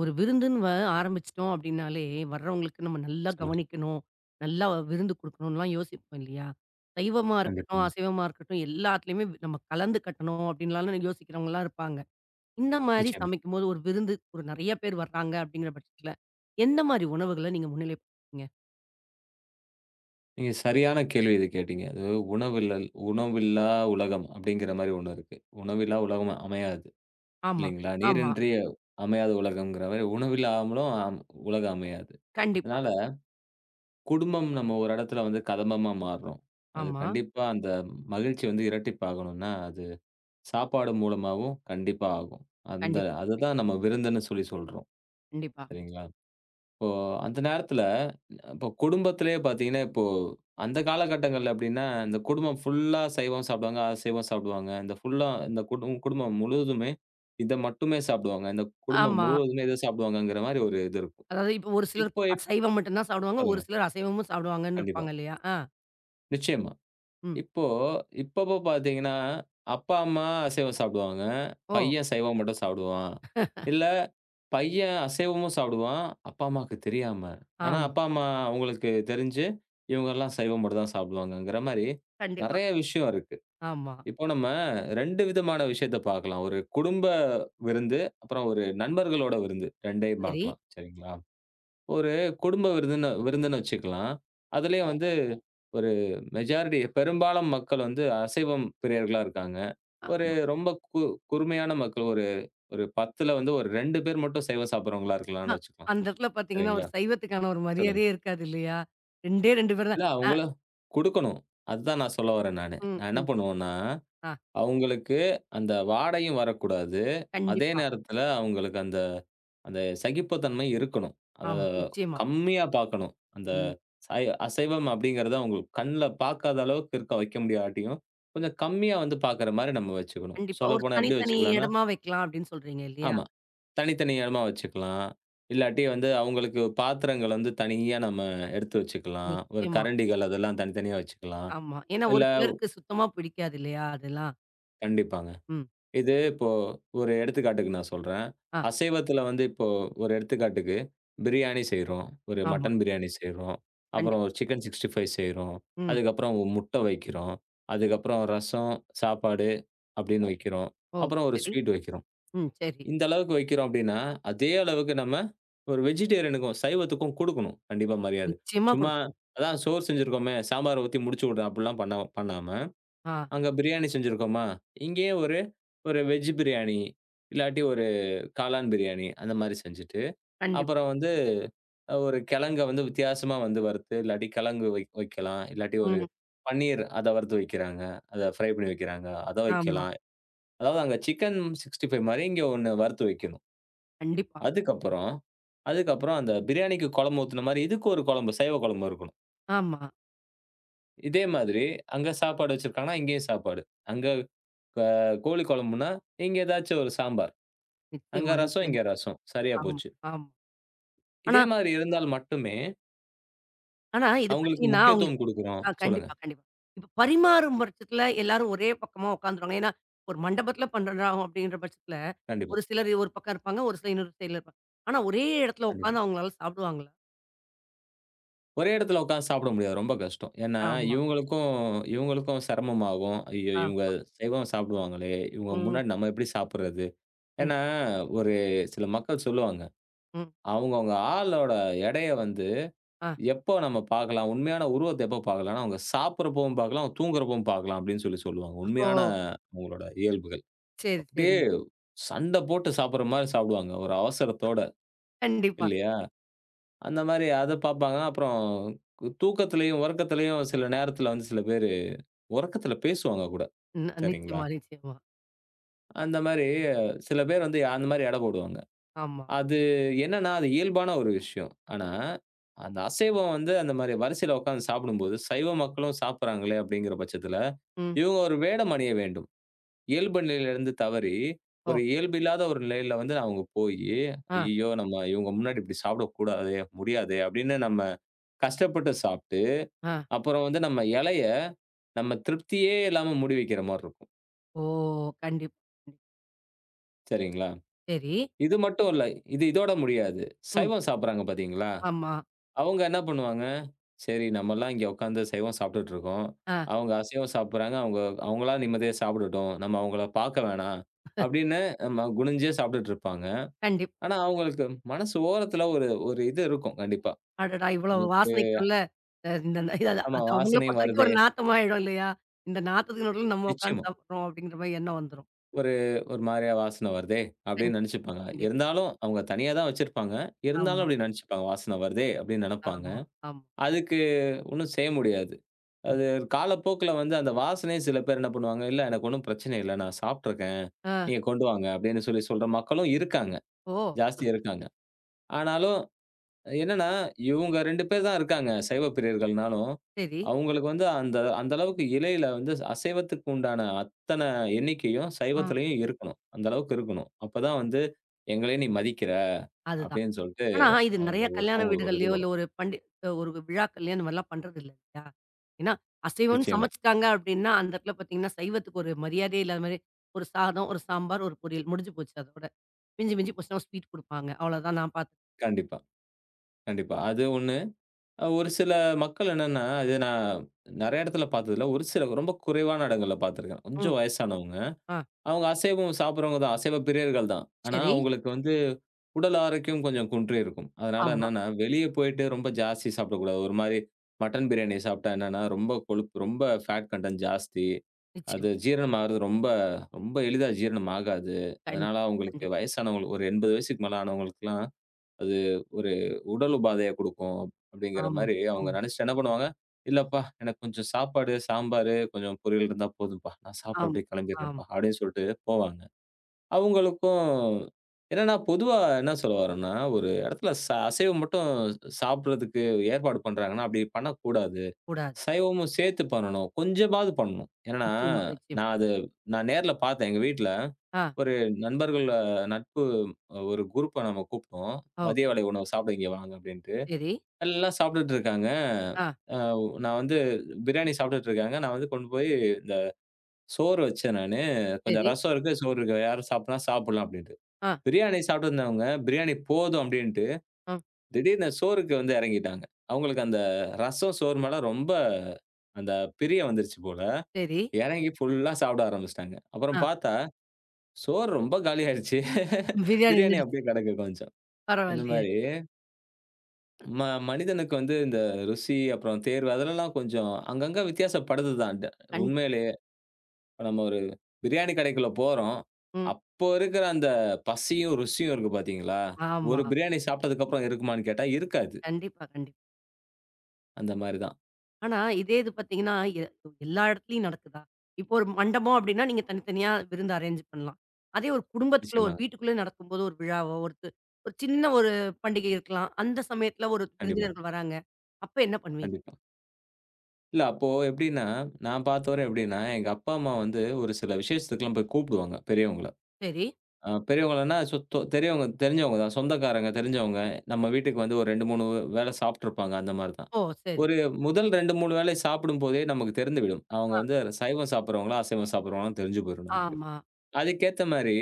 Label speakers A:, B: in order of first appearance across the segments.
A: ஒரு விருந்துன்னு ஆரம்பிச்சுட்டோம் அப்படின்னாலே, வர்றவங்களுக்கு நம்ம நல்லா
B: சொல்லுங்க.
A: கவனிக்கணும், நல்லா விருந்து குடுக்கணும்லாம் யோசிப்போம் இல்லையா? சைவமா இருக்கட்டும்,
B: கண்டிப்பாங்க.
A: அசைவமா இருக்கட்டும் எல்லாத்துலயுமே நம்ம கலந்து கட்டணும் அப்படின்லாம் யோசிக்கிறவங்கலாம் இருப்பாங்க. இந்த மாரி
B: நிச்சயமா.
A: சமைக்கும்போது ஒரு விருந்து ஒரு நெறைய பேர் வர்றாங்க அப்படிங்கிற பட்சத்துல, எந்த மாரி உணவுகள நீங்க முன்னிலைப்படுத்துவீங்க?
B: நீங்க சரியான கேள்வி இது கேட்டீங்க. அது உணவில்லா உலகம் அப்படிங்கிற மாரி ஒண்ணு இருக்கு. உணவில்லா உலகம் அமையாது.
A: ஆமா,
B: இல்லைங்களா?
A: ஆமா.
B: நீரின்றி அமையாத உலகம்ங்கிற மாரி உணவில்லாமலும் உலகம் அமையாது.
A: கண்டிப்பா.
B: அதனால குடும்பம் நம்ம ஒரு இடத்துல வந்து கதம்பமா மாறுறோம். அது
A: ஆமா.
B: கண்டிப்பா அந்த மகிழ்ச்சி வந்து இரட்டிப்பாகணும்னா, அது சாப்பாடு மூலமாவும் கண்டிப்பா ஆகும். அந்த
A: கண்டிப்பா,
B: அததான் நம்ம விருந்துன்னு சொல்லி சொல்றோம்.
A: கண்டிப்பா.
B: சரிங்களா? இப்போ அந்த நேரத்துல, இப்போ குடும்பத்திலேயே பாத்தீங்கன்னா, இப்போ அந்த காலகட்டங்கள்ல எப்படின்னா, இந்த குடும்பம் ஃபுல்லா சைவம் சாப்பிடுவாங்க, அசைவம் சாப்பிடுவாங்க. இந்த ஃபுல்லா இந்த குடும்பம் முழுவதுமே இத மட்டுமே சாப்பிடுவாங்க. இந்த குடும்பம்
A: ஆமா.
B: முழுவதுமே இத சாப்பிடுவாங்கங்கிற மாரி ஒரு இது இருக்கும்.
A: அதாவது இப்போ ஒரு சிலர்
B: இப்போ
A: அசைவம் மட்டும் தான் சாப்பிடுவாங்க. ஒரு
B: சொல்லுங்க.
A: சிலர் அசைவமும் சாப்பிடுவாங்கன்னு
B: கண்டிப்பா.
A: இருப்பாங்க இல்லையா? ஆ.
B: நிச்சயமா.
A: ம்.
B: இப்போ இப்பப்போ பார்த்தீங்கன்னா, அப்பா, அம்மா அசைவம் சாப்பிடுவாங்க.
A: ஓ!
B: பையன் சைவம் மட்டும் சாப்பிடுவான். இல்ல பையன் அசைவமும் சாப்பிடுவான், அப்பா, அம்மாக்கு தெரியாம. ஆனா,
A: ஆமா.
B: அப்பா, அம்மா அவங்களுக்கு தெரிஞ்சு, இவங்கலாம் சைவம் மட்டும் தான் சாப்பிடுவாங்கங்கிற மாரி
A: கண்டிப்பா.
B: நெறைய விஷயம் இருக்கு.
A: ஆமா.
B: இப்போ நம்ம 2 விதமான விஷயத்த பார்க்கலாம். ஒரு குடும்ப விருந்து, அப்புறம் ஒரு நண்பர்களோட விருந்து 2யும்
A: சரி.
B: பார்க்கலாம். சரிங்களா? ஒரு குடும்ப விருந்துன்னு விருந்துன்னு வச்சுக்கலாம். அதுலயும் வந்து ஒரு மெஜாரிட்டி பெரும்பாலும் மக்கள் வந்து அசைவம் பிரியர்களா இருக்காங்க.
A: அ
B: ஒரு ரொம்ப கு குறுமையான மக்கள் ஒரு ஒரு 10ல வந்து ஒரு 2 பேர் மட்டும் சைவம் சாப்பிடுறவங்களா
A: அ
B: இருக்கலாம்னு வச்சுக்கலாம்.
A: அந்த இடத்துல பார்த்தீங்கன்னா, ஒரு
B: சரிங்களா?
A: சைவத்துக்கான ஒரு
B: சொல்லுங்க.
A: மரியாதையே இருக்காது இல்லையா? 2டே 2 பேர்
B: இல்ல
A: தான். அ
B: அவங்களும் குடுக்கணும். அதுதான் நான் சொல்ல வரேன் நானு.
A: ம்,
B: நான் என்ன
A: ம்.
B: பண்ணுவேன்னா,
A: ஆ
B: அவங்களுக்கு அந்த வாடையும் வரக்கூடாது. அதே
A: கண்டிப்பா.
B: நேரத்துல அவங்களுக்கு அந்த அந்த சகிப்புத்தன்மை இருக்கணும். அத
A: ஆமா, நிச்சயமா.
B: கம்மியா பார்க்கணும். அந்த
A: ம்.
B: அசைவம் அப்படிங்கிறத அவங்க கண்ல பார்க்காத அளவுக்கு இருக்க வைக்க முடியாட்டியும், கொஞ்சம் கம்மியா வந்து பார்க்குற மாரி நம்ம வச்சுக்கணும்.
A: கண்டிப்பா. ஒரு
B: சொல்லப்போனா எப்படி
A: தனித்தனி
B: வச்சுக்கலாம்னா
A: இடமா வைக்கலாம் அப்படின்னு சொல்றீங்க இல்லையா?
B: ஆமா,
A: சரி.
B: தனித்தனி இடமா வச்சுக்கலாம். இல்லாட்டி வந்து அவங்களுக்கு பாத்திரங்கள் வந்து தனியா நம்ம எடுத்து வச்சுக்கலாம். ஒரு
A: நிச்சயமா.
B: கரண்டிகள் அதெல்லாம் தனித்தனியா வச்சுக்கலாம்.
A: ஆமா. ஏன்னா
B: இல்ல
A: ஒரு சிலருக்கு சுத்தமா பிடிக்காது இல்லையா அதெல்லாம்.
B: கண்டிப்பாங்க.
A: ம்.
B: இது இப்போ ஒரு எடுத்துக்காட்டுக்கு நான் சொல்றேன்.
A: ஆ
B: அசைவத்தில வந்து இப்போ ஒரு எடுத்துக்காட்டுக்கு, பிரியாணி செய்றோம். ஒரு
A: ஆமா.
B: மட்டன் பிரியாணி செய்றோம். அப்புறம்
A: கண்டிப்பா.
B: ஒரு சிக்கன் 65 செய்றோம்.
A: ம்.
B: அதுக்கப்புறம் ஒரு முட்டை வைக்கிறோம். அதுக்கப்புறம் ரசம், சாப்பாடு அப்படின்னு வைக்கிறோம்.
A: ஓ!
B: அப்புறம் ஒரு
A: சரி.
B: ஸ்வீட் வைக்கிறோம்.
A: ம். சரி.
B: இந்த அளவுக்கு வைக்கிறோம் அப்படின்னா, அதே அளவுக்கு நம்ம ஒரு வெஜிடேரியனுக்கும், சைவத்துக்கும் குடுக்கணும். கண்டிப்பா மரியாதை.
A: நிச்சயமா
B: சும்மா
A: குடுக்கணும்.
B: அதான் சோறு செஞ்சிருக்கோமே, சாம்பார ஊத்தி முடிச்சு விடுறேன் அப்படிலாம் பண்ணாம
A: ஆ
B: அங்க பிரியாணி செஞ்சிருக்கோமா, இங்கேயே ஒரு ஒரு வெஜ் பிரியாணி, இல்லாட்டி ஒரு காளான் பிரியாணி அந்த மாரி செஞ்சுட்டு,
A: கண்டிப்பா.
B: அப்புறம் வந்து ஒரு கிழங்க வந்து வித்தியாசமா வந்து வறுத்து, இல்லாட்டி கிழங்கு வைக்கலாம். இல்லாட்டி ஒரு
A: ம்.
B: பன்னீர் அத வறுத்து வைக்கிறாங்க. அத ஃப்ரை பண்ணி வைக்கிறாங்க. அத
A: ஆமா.
B: வைக்கலாம். அதாவது அங்க சிக்கன் 65 மாரி இங்க ஒண்ணு வறுத்து வைக்கணும்.
A: கண்டிப்பா.
B: அதுக்கப்புறம் அதுக்கப்புறம் அந்த பிரியாணிக்கு குழம்பு ஊத்துன மாரி இதுக்கு ஒரு குழம்பு, சைவ குழம்பு இருக்கணும்.
A: ஆமா.
B: இதே மாதிரி அங்க சாப்பாடு வச்சிருக்காங்கன்னா, இங்கேயும் சாப்பாடு. அங்க க கோழி குழம்புன்னா, இங்க ஏதாச்சும் ஒரு சாம்பார். அங்க
A: நிச்சயமா,
B: ரசம்,
A: நிச்சயமா.
B: இங்க ரசம். சரியா
A: ஆமா,
B: போச்சு.
A: ஆமா.
B: இதே
A: ஆனா
B: மாரி இருந்தால் மட்டுமே,
A: ஆனா, இது
B: அவங்களுக்கு
A: பார்த்தீங்கன்னா,
B: முக்கியத்துவம்
A: அவங்களுக்கு
B: குடுக்குறோம்.
A: ஆ
B: சொல்லுங்க.
A: கண்டிப்பா, கண்டிப்பா. இப்ப பரிமாறும் பட்சத்துல எல்லாரும் ஒரே பக்கமா உட்காந்துருவாங்க. ஏன்னா, ஒரு மண்டபத்துல பண்றோம் அப்படின்ற பட்சத்துல,
B: கண்டிப்பா,
A: ஒரு சிலர் ஒரு பக்கம் இருப்பாங்க, ஒரு சிலர் இன்னொரு சைடுல இருப்பாங்க. ஆனா, ஒரே இடத்துல
B: கண்டிப்பா.
A: உட்காந்து அவங்களால சாப்பிடுவாங்களா?
B: ஒரே இடத்துல உட்கார்ந்து சாப்பிட முடியாது. ரொம்ப கஷ்டம். ஏன்னா,
A: ஆமா,
B: இவங்களுக்கும் இவங்களுக்கும் சிரமமாகும். ஐயோ! இவங்க
A: ஆமா.
B: சைவம் சாப்பிடுவாங்களே! இவங்க
A: ம்.
B: முன்னாடி நம்ம எப்படி சாப்பிடுறது? ஏன்னா,
A: கண்டிப்பா.
B: ஒரு சில மக்கள் சொல்லுவாங்க.
A: ம்.
B: அவங்கவங்க ஆளோட எடைய வந்து
A: ஆ.
B: எப்போ நம்ம பார்க்கலாம்? உண்மையான உருவத்த எப்போ பார்க்கலாம்னா, அவங்க சாப்பிடுறப்பவும் பார்க்கலாம், அவங்க தூங்குறப்பவும் பார்க்கலாம் அப்படின்னு சொல்லி சொல்லுவாங்க.
A: ஓ!
B: உண்மையான அவங்களோட இயல்புகள்.
A: சரி,
B: அப்படியே
A: சரி.
B: சண்டை போட்டு சாப்பிடுற மாரி சாப்பிடுவாங்க. ஒரு அவசரத்தோட
A: கண்டிப்பா.
B: இல்லையா? அந்த மாரி அத பார்ப்பாங்க. அப்புறம் தூக்கத்திலயும், உறக்கத்திலயும் சில நேரத்தில வந்து சில பேரு உறக்கத்தில பேசுவாங்க கூட. சரிங்களா?
A: நிச்சயமா, நிச்சயமா.
B: அந்த மாரி சில பேர் வந்து அந்த மாரி எடை போடுவாங்க.
A: ஆமா.
B: அது என்னன்னா, அது இயல்பான ஒரு விஷயம். ஆனா, அந்த அசைவம் வந்து அந்த மாரி வரிசையில உட்கார்ந்து சாப்பிடும்போது, சைவ மக்களும் சாப்பிடுறாங்களே அப்படிங்கிற பட்சத்தில,
A: ம்.
B: இவங்க ஒரு வேடம் அணிய வேண்டும். இயல்பு நிலையிலிருந்து தவறி,
A: ஓ!
B: ஒரு இயல்பு இல்லாத ஒரு நிலையில வந்து அவங்க போயி,
A: ஆ,
B: "ஐயய்யோ! நம்ம இவங்க முன்னாடி இப்படி சாப்பிடக்கூடாதே, முடியாதே" அப்படின்னு நம்ம கஷ்டப்பட்டு சாப்பிட்டு,
A: ஆ.
B: அப்புறம் வந்து நம்ம எலைய நம்ம திருப்தியே இல்லாம மூடி வைக்கிற மாரி இருக்கும்.
A: ஓ! கண்டிப்பா. கண்டிப்பா.
B: சரிங்களா?
A: சரி.
B: இது மட்டும் இல்ல. இது இதோட முடியாது.
A: ம்.
B: சைவம் சாப்பிடுறாங்க பார்த்தீங்களா?
A: ஆமா.
B: அவங்க என்ன பண்ணுவாங்க, "சரி நம்மலாம் இங்க உட்காந்து சைவம் சாப்பிட்டுட்டு இருக்கோம்.
A: ஆ.
B: அவங்க அசைவம் சாப்பிடுறாங்க. அவங்க அவங்களா நிம்மதியா சாப்பிடட்டும். நம்ம அவங்கள பார்க்க வேணாம்" அப்படின்னு நம்ம குனிஞ்சே சாப்பிட்டுட்டு இருப்பாங்க.
A: கண்டிப்பா.
B: ஆனா, அவங்களுக்கு மனசு ஓரத்துல ஒரு ஒரு இது இருக்கும் கண்டிப்பா.
A: அடடா! இவ்வளவு
B: நமக்கு
A: வாசனைக்குள்ள அ இந்த இது அது
B: ஆமா
A: அது அவங்கள
B: வாசனை
A: பொறுத்தவரைக்கும்
B: வருதே,
A: ஒரு நாத்தமாயிடும் இல்லையா? இந்த நாத்தத்துக்கு நடுவுல நம்ம
B: நிச்சயமா.
A: உட்காந்து சாப்பிடுறோம் அப்படிங்கிற மாரி எண்ணம் வந்துரும்.
B: ஒரு ஒரு மாரியா வாசனை வருதே அப்படின்னு
A: கண்டிப்பா,
B: நெனச்சுப்பாங்க.
A: கண்டிப்பா.
B: இருந்தாலும் அவங்க தனியா தான் வச்சிருப்பாங்க. இருந்தாலும்
A: ஆமா,
B: அப்படி நெனச்சுப்பாங்க. வாசனை வருதே அப்படின்னு நெனப்பாங்க.
A: ஆமா, ஆமா.
B: அதுக்கு ஒண்ணும் செய்ய முடியாது. அது காலப்போக்குல வந்து அந்த வாசனையே சில பேர் என்ன பண்ணுவாங்க, "இல்ல எனக்கு ஒண்ணும் பிரச்சனை இல்ல. நான் சாப்ட்டுருக்கேன்.
A: ஆ.
B: நீங்க கொண்டு வாங்க" அப்படின்னு சொல்லி சொல்ற மக்களும் இருக்காங்க.
A: ஓ!
B: ஜாஸ்தியா இருக்காங்க. ஆனாலும் என்னன்னா, இவங்க 2 பேர் தான் இருக்காங்க, சைவ பிரியர்கள்னாலும்.
A: சரி.
B: அவங்களுக்கு வந்து அந்த அந்த அளவுக்கு இலையில வந்து அசைவத்துக்கு உண்டான அத்தன எண்ணிக்கையும்,
A: ஆ.
B: சைவத்திலயும் இருக்கணும். அந்த அளவுக்கு இருக்கணும். அப்பதான் வந்து, "எங்களையும் நீ மதிக்கிற"
A: அதுதான்.
B: அப்படின்னு சொல்லிட்டு
A: ஆனா இது
B: அவங்க
A: நெறைய
B: ஒரு
A: கல்யாண
B: அவங்களுக்கு ஒரு இது
A: வீடுகள்லயோ, இல்ல
B: வரும்.
A: ஒரு ஒரு விழாக்கள்லயோ இந்த மாரிலாம் பண்றது இல்ல இல்லையா? ஏன்னா, அசைவம்ன்னு
B: நிச்சயமா.
A: சமைச்சுட்டாங்க அப்படின்னா, அந்த இடத்துல பார்த்தீங்கன்னா, சைவத்துக்கு ஒரு மரியாதையே இல்லாத மாரி ஒரு சாதம், ஒரு சாம்பார், ஒரு பொரியல் முடிஞ்சு போச்சு அதோட. மிஞ்சி மிஞ்சி போச்சுன்னா ஒரு ஸ்வீட் குடுப்பாங்க. அவ்வளவுதான் நான் பார்த்து
B: கண்டிப்பா, கண்டிப்பா. அது 1. ஒரு சில மக்கள் என்னன்னா, இது நான் நெறைய இடத்துல பார்த்ததில்ல. ஒரு சில ரொம்ப குறைவான இடங்கள்ல பார்த்துருக்கேன்.
A: ம்.
B: கொஞ்சம் வயசானவங்க.
A: ஆ.
B: அவங்க அசைவம் சாப்பிடுறவங்க தான். அசைவ பிரியர்கள் தான். ஆனா,
A: சரி.
B: அவங்களுக்கு வந்து உடல் ஆரோக்கியம் கொஞ்சம் குன்றியிருக்கும். அதனால
A: ஆமா.
B: என்னன்னா, வெளிய போயிட்டு ரொம்ப ஜாஸ்தி சாப்பிடக்கூடாது. ஒரு மாரி மட்டன் பிரியாணி சாப்பிட்டா என்னன்னா, ரொம்ப கொழுப்பு, ரொம்ப ஃபேட் கன்டென்ட் ஜாஸ்தி. அது
A: நிச்சயமா.
B: ஜீரணம் ஆகுறது ரொம்ப ரொம்ப எளிதா ஜீரணம் ஆகாது. அதனால
A: கண்டிப்பா,
B: அவங்களுக்கு
A: கண்டிப்பா.
B: வயசானவங்களுக்கு ஒரு 80 வயசுக்கு மேல ஆனவங்களுக்குலாம் அது ஒரு உடல் உபாதைய குடுக்கும் அப்படிங்கிற
A: ஆமா,
B: மாரி அவங்க
A: ஆமா,
B: நெனச்சுட்டு என்ன பண்ணுவாங்க, "இல்லப்பா எனக்கு கொஞ்சம் சாப்பாடு, சாம்பாரு, கொஞ்சம் பொரியல் இருந்தா போதும்ப்பா. நான் சாப்பிட்டு
A: ஆமா,
B: அப்படியே
A: ஆமா.
B: கிளம்பிடுறேன்ப்பா" அப்படின்னு சொல்லிட்டு போவாங்க. அவங்களுக்கும் என்னன்னா பொதுவா என்ன சொல்ல வர்றேன்னா, ஒரு இடத்துல அசைவம் மட்டும் சாப்பிடுறதுக்கு ஏற்பாடு பண்றாங்கன்னா, அப்படி பண்ணக்கூடாது.
A: கூடாது.
B: சைவமும் சேர்த்து பண்ணணும். கொஞ்சமாவது பண்ணணும். என்னன்னா,
A: நிச்சயமா, நிச்சயமா.
B: நான் அது நான் நேர்ல பார்த்தேன். எங்க வீட்ல
A: ஆ,
B: ஒரு நண்பர்கள் நட்பு ஒரு குரூப்ப நம்ம கூப்ட்டோம்.
A: ஓ!
B: "மதிய வேளை உணவு சாப்பிட இங்க வாங்க" அப்டின்ட்டு.
A: சரி.
B: எல்லாம் சாப்பிட்டுட்டு இருக்காங்க.
A: ஆ,
B: அ நான் வந்து பிரியாணி சாப்பிட்டுட்டு இருக்காங்க. நான் வந்து கொண்டு போய் இந்த சோறு வச்சேன் நானு. கொஞ்சம்
A: சரி.
B: ரசம் இருக்கு, சோறு இருக்கு. யாரும் சாப்பிட்னா சாப்பிடலாம் அப்டின்ட்டு.
A: ஆ,
B: பிரியாணி சாப்பிட்டுருந்தவங்க, பிரியாணி போதும் அப்டின்ட்டு
A: ஆ,
B: திடீர்னு சோறுக்கு வந்து இறங்கிட்டாங்க. அவங்களுக்கு அந்த ரசம், சோறு மேல ரொம்ப அந்த பிரியம் வந்துருச்சு போல.
A: சரி.
B: இறங்கி ஃபுல்லா சாப்பிட ஆரம்பிச்சுட்டாங்க. அப்புறம்
A: ஆ
B: பார்த்தா, சோறு ரொம்ப காலி ஆயிடுச்சு.
A: பிரியாணி
B: பிரியாணி
A: நடிச்சு
B: அப்படியே கிடக்கு கொஞ்சம். அந்த
A: பரவாயில்லையே!
B: மாரி ம மனிதனுக்கு வந்து இந்த ருசி, அப்புறம் தேர்வு அதுலலாம் கொஞ்சம் அங்கங்க வித்தியாசப்படுது தான்.
A: கண்டிப்பா.
B: உண்மையிலேயே இப்ப நம்ம ஒரு பிரியாணி கடைக்குள்ள போறோம்.
A: ம்.
B: அப்போ இருக்கிற அந்த பசியும், ருசியும் இருக்கு பார்த்தீங்களா?
A: ஆமா.
B: ஒரு பிரியாணி சாப்பிட்டதுக்கு அப்புறம் இருக்குமான்னு கேட்டா இருக்காது.
A: கண்டிப்பா, கண்டிப்பா.
B: அந்த மாரி தான்.
A: ஆனா, இதே இது பார்த்தீங்கன்னா, எல்லா இடத்துலயும் நடக்குதா? இப்போ ஒரு மண்டபம் அப்டின்னா, நீங்க தனித்தனியா விருந்து அரேஞ்ச் பண்ணலாம். அதே ஒரு குடும்பத்துக்குள்ள,
B: நிச்சயமா.
A: ஒரு வீட்டுக்குள்ள நடக்கும்போது ஒரு விழாவோ, ஒரு சின்ன ஒரு பண்டிகை இருக்கலாம். அந்த சமயத்துல ஒரு
B: கண்டிப்பா.
A: விருந்தினர்கள் வராங்க. அப்ப என்ன பண்ணுவீங்க?
B: கண்டிப்பா. இல்ல அப்போ எப்படின்னா, நான் பார்த்தவர எப்படின்னா, எங்க அப்பா, அம்மா வந்து ஒரு சில விசேஷத்துக்குலாம் போய் கூப்பிடுவாங்க பெரியவங்கள.
A: சரி.
B: பெரியவங்களன்னா சொ தொ தெரியவங்க தெரிஞ்சவங்க தான். சொந்தக்காரங்க, தெரிஞ்சவங்க. நம்ம வீட்டுக்கு வந்து ஒரு 2, 3 வேள சாப்ட்டுருப்பாங்க அந்த மாரி தான்.
A: ஓ! சரி.
B: ஒரு முதல் 2, 3 வேளை சாப்பிடும்போதே நமக்கு தெரிந்துவிடும். அவங்க
A: ஆ,
B: வந்து சைவம் சாப்பிடுறவங்களா, அசைவம் சாப்பிடுறவங்களான்னு தெரிஞ்சு போயிரும் நமக்கு.
A: ஆமா.
B: அதுக்கேத்த மாரி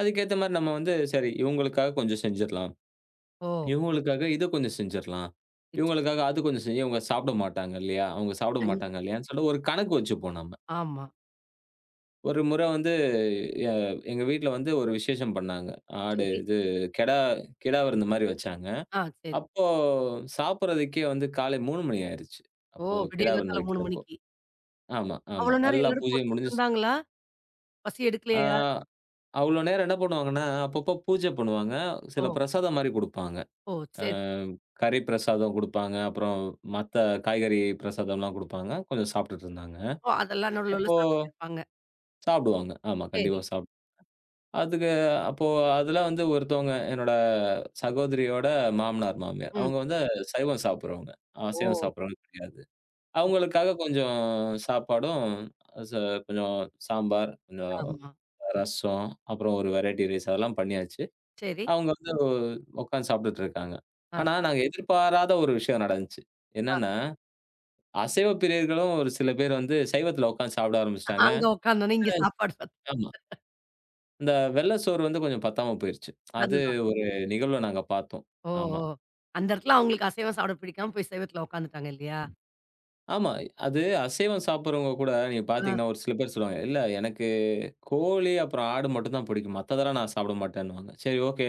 B: அதுக்கேத்த மாரி நம்ம வந்து சரி இவங்களுக்காக கொஞ்சம் செஞ்சிரலாம்.
A: ஓ!
B: இவங்களுக்காக இத கொஞ்சம் செஞ்சிரலாம்.
A: நிச்சயமா.
B: இவங்களுக்காக அது கொஞ்சம் இவங்க சாப்பிட மாட்டாங்க இல்லையா? அவங்க சாப்பிட மாட்டாங்க
A: கண்டிப்பா.
B: இல்லையான்னு சொல்லிட்டு ஒரு கணக்கு வச்சுப்போம் நம்ம.
A: ஆமா.
B: ஒரு முறை வந்து எ எங்க வீட்ல வந்து ஒரு விசேஷம் பண்ணாங்க. ஆடு
A: சரி.
B: இது கெடா கிடா விருந்து மாரி வச்சாங்க.
A: ஆ, சரி.
B: அப்போ சாப்பிடுறதுக்கே வந்து காலை 3 மணி ஆயிருச்சு.
A: ஓ!
B: அப்போ கிடா விருந்து
A: விடியகாத்தால 3
B: வைக்கிறப்போ.
A: மணிக்கு.
B: ஆமா.
A: அவ்ளோ நேரம்
B: எல்லா
A: எல்லாரும்
B: பூஜையும்
A: பொறுத்துட்டு
B: முடிஞ்சு
A: இருந்தாங்களா? பசி
B: ஆ
A: எடுக்கலையா?
B: அவ்ளோ நேரம் என்ன பண்ணுவாங்கன்னா, அப்பப்போ பூஜை பண்ணுவாங்க.
A: ஓ!
B: சில பிரசாதம் மாரி குடுப்பாங்க.
A: ஓ!
B: அ
A: சரி, சரி.
B: கறி பிரசாதம் குடுப்பாங்க. அப்புறம் மத்த காய்கறி பிரசாதம்லாம் குடுப்பாங்க. கொஞ்சம் சாப்பிட்டுட்டு இருந்தாங்க.
A: ஓ! அதெல்லாம் நடுவுல நடுவுல
B: அப்போ
A: சாப்பிட்டுட்டு இருப்பாங்க.
B: சாப்பிடுவாங்க. ஆமா,
A: சரி.
B: கண்டிப்பா அதுக்கு அப்போ அதுல வந்து ஒருத்தவங்க என்னோட சகோதரியோட மாமனார், மாமியார்.
A: ம்.
B: அவங்க வந்து சைவம் சாப்பிடுறவங்க.
A: ஓ!
B: அசைவம் சாப்பிடுறவங்க கிடையாது.
A: சரி.
B: அவங்களுக்காக கொஞ்சம் சாப்பாடும், ச கொஞ்சம் சாம்பார், கொஞ்சம்
A: ஆமா.
B: ரசம், அப்புறம் ஒரு வெரைட்டி ரைஸ் அதெல்லாம் பண்ணியாச்சு.
A: சரி.
B: அவங்க வந்து உட்கார்ந்து சாப்பிட்டுட்டு இருக்காங்க.
A: ஆ,
B: ஆனா, நாங்க எதிர்பாராத ஒரு விஷயம் நடந்துச்சு.
A: ஆ.
B: என்னன்னா அசைவ பிரியர்களும் ஒரு சில பேர் வந்து சைவத்துல உட்கார்ந்து சாப்பிட ஆரம்பிச்சுட்டாங்க.
A: அங்க உட்காந்தோனே இங்க சாப்பாடு
B: ஆமா. இந்த வெள்ள சோறு வந்து கொஞ்சம் பத்தாம போயிருச்சு. அது
A: அதுதான்.
B: ஒரு நிகழ்வ நாங்க பார்த்தோம்.
A: ஓ!
B: ஆமா.
A: ஓ! அந்த இடத்துல அவங்களுக்கு அசைவம் சாப்பிட பிடிக்காம போய் சைவத்துல உட்காந்துட்டாங்க இல்லையா?
B: ஆமா. அது அசைவம் சாப்பிடுறவங்க கூட நீங்க
A: ஆ,
B: பார்த்தீங்கன்னா, ஒரு சில பேர் சொல்லுவாங்க. "இல்ல எனக்கு கோழி அப்புறம் ஆடு மட்டும் தான் பிடிக்கும். மத்ததெல்லாம் நான் சாப்பிட மாட்டேன்னுவாங்க." சரி ஓகே.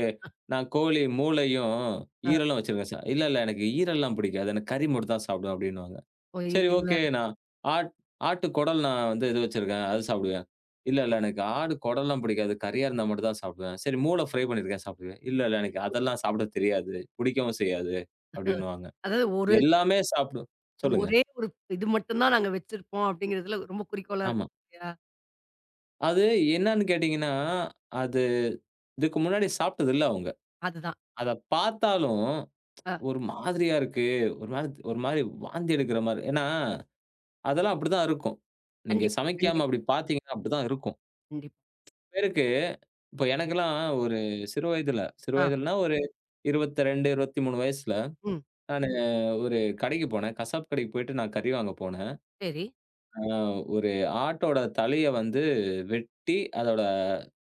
B: நான் கோழி மூளையும்,
A: ஆ.
B: ஈரலும் வச்சிருக்கேன் சார். "இல்ல, இல்ல எனக்கு ஈரல்லாம் பிடிக்காது. எனக்கு கறி மட்டும் தான் சாப்பிடுவேன்" அப்படின்னுவாங்க.
A: ஓ!
B: சரி
A: இது
B: ஓகே.
A: வேற.
B: நான் ஆட் ஆட்டு குடல் நான் வந்து இது வச்சிருக்கேன். அது சாப்பிடுவேன். இல்ல, இல்ல எனக்கு ஆடு குடல்லாம் பிடிக்காது. கறியா இருந்தா மட்டும் தான் சாப்பிடுவேன். சரி மூளை ஃப்ரை பண்ணியிருக்கேன் சாப்பிடுவேன். இல்ல, இல்ல எனக்கு அதெல்லாம் சாப்பிட தெரியாது. பிடிக்கவும் செய்யாது அப்டின்னுவாங்க.
A: அதாவது ஒரு
B: எல்லாமே சாப்பிடு சொல்லுங்க.
A: ஒரே ஒரு இது மட்டும் தான் நாங்க வச்சிருப்போம் அப்படிங்கிறதுல ரொம்ப குறிக்கோளா
B: ஆமா.
A: இருக்கு இல்லையா?
B: அது என்னன்னு கேட்டீங்கன்னா, அது இதுக்கு முன்னாடி சாப்பிட்டது இல்ல அவங்க.
A: அதுதான்.
B: அத பார்த்தாலும்
A: அ
B: ஒரு மாதிரியா இருக்கு. ஒரு மாரி வாந்தி எடுக்கிற மாரி. ஏன்னா, அதெல்லாம் அப்டிதான் இருக்கும். நீங்க
A: கண்டிப்பா,
B: சமைக்காம
A: கண்டிப்பா,
B: அப்டி பார்த்தீங்கன்னா அப்டிதான் இருக்கும்.
A: கண்டிப்பா.
B: பேருக்கு இப்ப எனக்கெல்லாம் ஒரு சிறு வயதுல சிறு
A: ஆ.
B: வயதுலன்னா ஒரு 22, 23 வயசுல
A: ம்.
B: நானு ஒரு கடைக்கு போனேன். கசாப்பு கடைக்கு போயிட்டு நான் கறி வாங்க போனேன்.
A: சரி.
B: அ ஒரு ஆட்டோட தலைய வந்து வெட்டி, அதோட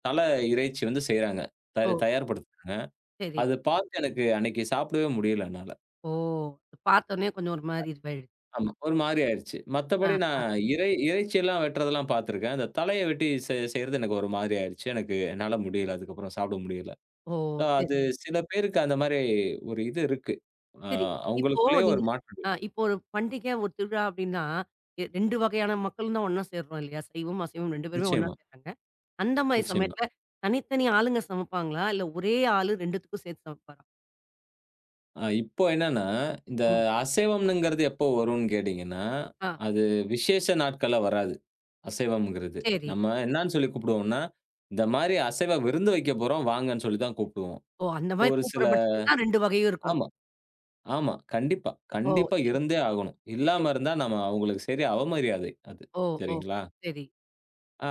B: தலை இறைச்சி வந்து செய்றாங்க.
A: ஓ!
B: தயார்படுத்துறாங்க.
A: சரி.
B: அது பார்த்து எனக்கு அன்னைக்கு சாப்பிடவே முடியல என்னால.
A: ஓ! பார்த்தோனே கொஞ்சம் ஒரு மாரி இதுவாயிடுச்சு.
B: ஆமா. ஒரு மாரி ஆயிருச்சு.
A: ஆ,
B: மத்தபடி நான்
A: ஆ.
B: இறைச்சியெல்லாம் வெட்டுறதெல்லாம் பார்த்துருக்கேன். அந்த தலைய வெட்டி செய்றது எனக்கு ஒரு மாரி ஆயிருச்சு. எனக்கு என்னால முடியல. அதுக்கப்புறம் சாப்பிட முடியல.
A: ஓ!
B: அ
A: சரி,
B: அது சில பேருக்கு அந்த மாரி ஒரு இது இருக்கு. அ
A: சரி. இப்போ
B: அவங்களுக்குள்ளேயே ஒரு
A: நீங்க
B: மாற்றம் இருக்கு.
A: இப்போ ஒரு பண்டிகை, ஒரு திருவிழா அப்படின்னா, 2 வகையான மக்களும் தான் ஒண்ணா சேர்றோம் இல்லையா? சைவம், அசைவம் 2 பேருமே ஒண்ணா
B: நிச்சயமா,
A: சேர்றாங்க. அந்த மாரி
B: நிச்சயமா.
A: சமயத்துல தனித்தனி ஆளுங்க சமைப்பாங்களா? இல்ல ஒரே ஆளு 2த்துக்கும் சேர்த்து சமைப்பாரா?
B: இப்போ என்னன்னா, இந்த
A: ம்.
B: அசைவம்ங்கிறது எப்போ வரும்ன்னு கேட்டீங்கன்னா,
A: ஆ.
B: அது விசேஷ நாட்கள்ல வராது. அசைவம்ங்கிறது.
A: சரி.
B: நம்ம என்னான்னு சொல்லி கூப்பிடுவோம்னா, இந்த மாரி அசைவ விருந்து வைக்க போறோம் வாங்கன்னு சொல்லி தான் கூப்பிடுவோம்.
A: ஓ! அந்த
B: இப்போ
A: மாரி
B: ஒரு சில
A: கூப்பிடுற பட்சத்துல தான் 2 வகையும் இருக்கும்.
B: ஆமா, ஆமா. கண்டிப்பா,
A: ஓ!
B: கண்டிப்பா
A: சரி,
B: இருந்தே ஆகணும்.
A: சரி.
B: இல்லாம இருந்தா நம்ம அவங்களுக்கு சரியா அவமரியாதை அது.
A: ஓ! ஓ!
B: சரிங்களா?
A: சரி,
B: ஆ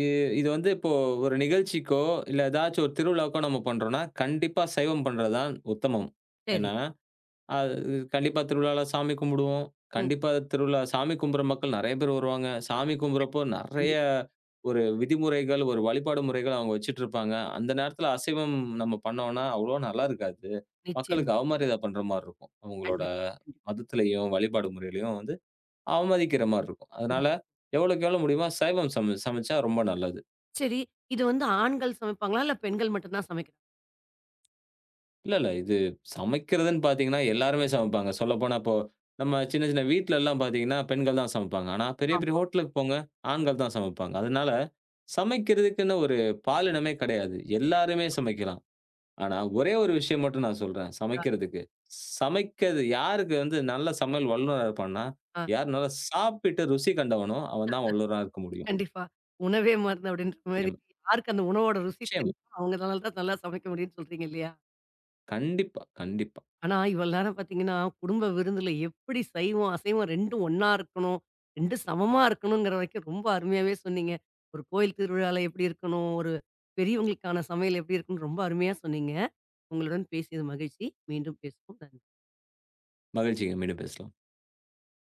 B: இ இது வந்து இப்போ ஒரு நிகழ்ச்சிக்கோ, இல்ல ஏதாச்சும் ஒரு திருவிழாவுக்கோ நம்ம பண்றோம்னா, கண்டிப்பா சைவம் பண்றது தான் உத்தமம்.
A: சரி.
B: ஏன்னா, அது கண்டிப்பா திருவிழால சாமி கும்பிடுவோம்.
A: ம்.
B: கண்டிப்பா திருவிழா சாமி கும்புற மக்கள் நெறைய பேர் வருவாங்க. சாமி கும்புறப்போ நெறைய
A: கண்டிப்பா.
B: ஒரு விதிமுறைகள், ஒரு வழிபாடு முறைகள் அவங்க வச்சுட்டுருப்பாங்க. அந்த நேரத்துல அசைவம் நம்ம பண்ணோம்னா, அவ்வளோ நல்லா இருக்காது. மக்களுக்கு
A: நிச்சயமா.
B: அவமரியாதை பண்ற மாரி இருக்கும். அவங்களோட
A: கண்டிப்பா, கண்டிப்பா.
B: மதத்திலயும், வழிபாடு முறையிலயும் வந்து அவமதிக்கிற மாரி இருக்கும்.
A: ம்.
B: அதனால எவ்வளவுக்கு எவ்வளோ முடியுமோ சைவம் சமைச்சா ரொம்ப நல்லது.
A: சரி. இது வந்து ஆண்கள் சமைப்பாங்களா? இல்ல பெண்கள் மட்டும் தான் சமைக்கணும்?
B: இல்ல, இல்ல. இது சமைக்கிறதுன்னு பார்த்தீங்கன்னா, எல்லாருமே சமைப்பாங்க. சொல்லப்போனா இப்போ நம்ம சின்ன சின்ன வீட்லலாம் பார்த்தீங்கன்னா, பெண்கள் தான் சமைப்பாங்க. ஆனா பெரிய பெரிய
A: ஆமா.
B: ஹோட்டலுக்கு போங்க, ஆண்கள் தான் சமைப்பாங்க. அதனால சமைக்கிறதுக்குன்னு ஒரு பாலினமே கிடையாது. எல்லாருமே சமைக்கலாம். ஆனா ஒரே ஒரு விஷயம் மட்டும் நான் சொல்றேன்
A: ஆ,
B: சமைக்கிறதுக்கு. சமைக்கிறது யாருக்கு வந்து நல்ல சமையல் வல்லுனரா இருப்பான்னா,
A: ஆ.
B: யார் நல்லா சாப்பிட்டு ருசி கண்டவனோ அவன் தான் வல்லுனரா இருக்க முடியும்.
A: கண்டிப்பா. உணவே மருந்து அப்படின்ற மாரி
B: நிச்சயமா.
A: யாருக்கு அந்த உணவோட ருசி
B: நிச்சயமா.
A: தெரியுமோ, அவங்கனால தான் நல்லா சமைக்க முடியும்னு சொல்றீங்க இல்லையா?
B: கண்டிப்பா, கண்டிப்பா.
A: ஆனா, இவ்வளவு நேரம் பார்த்தீங்கன்னா, குடும்ப விருந்துல எப்படி சைவம், அசைவம் 2ம் ஒண்ணா இருக்கணும், 2 சமமா இருக்கணுங்கிற வரைக்கும் ரொம்ப அருமையாவே சொன்னீங்க. ஒரு கோயில் திருவிழால எப்படி இருக்கணும், ஒரு பெரியவங்களுக்கான சமையல் எப்படி இருக்கும்னு ரொம்ப அருமையா சொன்னீங்க. உங்களுடன் பேசியது மகிழ்ச்சி. மீண்டும் பேசுவோம். நன்றி.
B: மகிழ்ச்சிங்க. மீண்டும் பேசலாம்.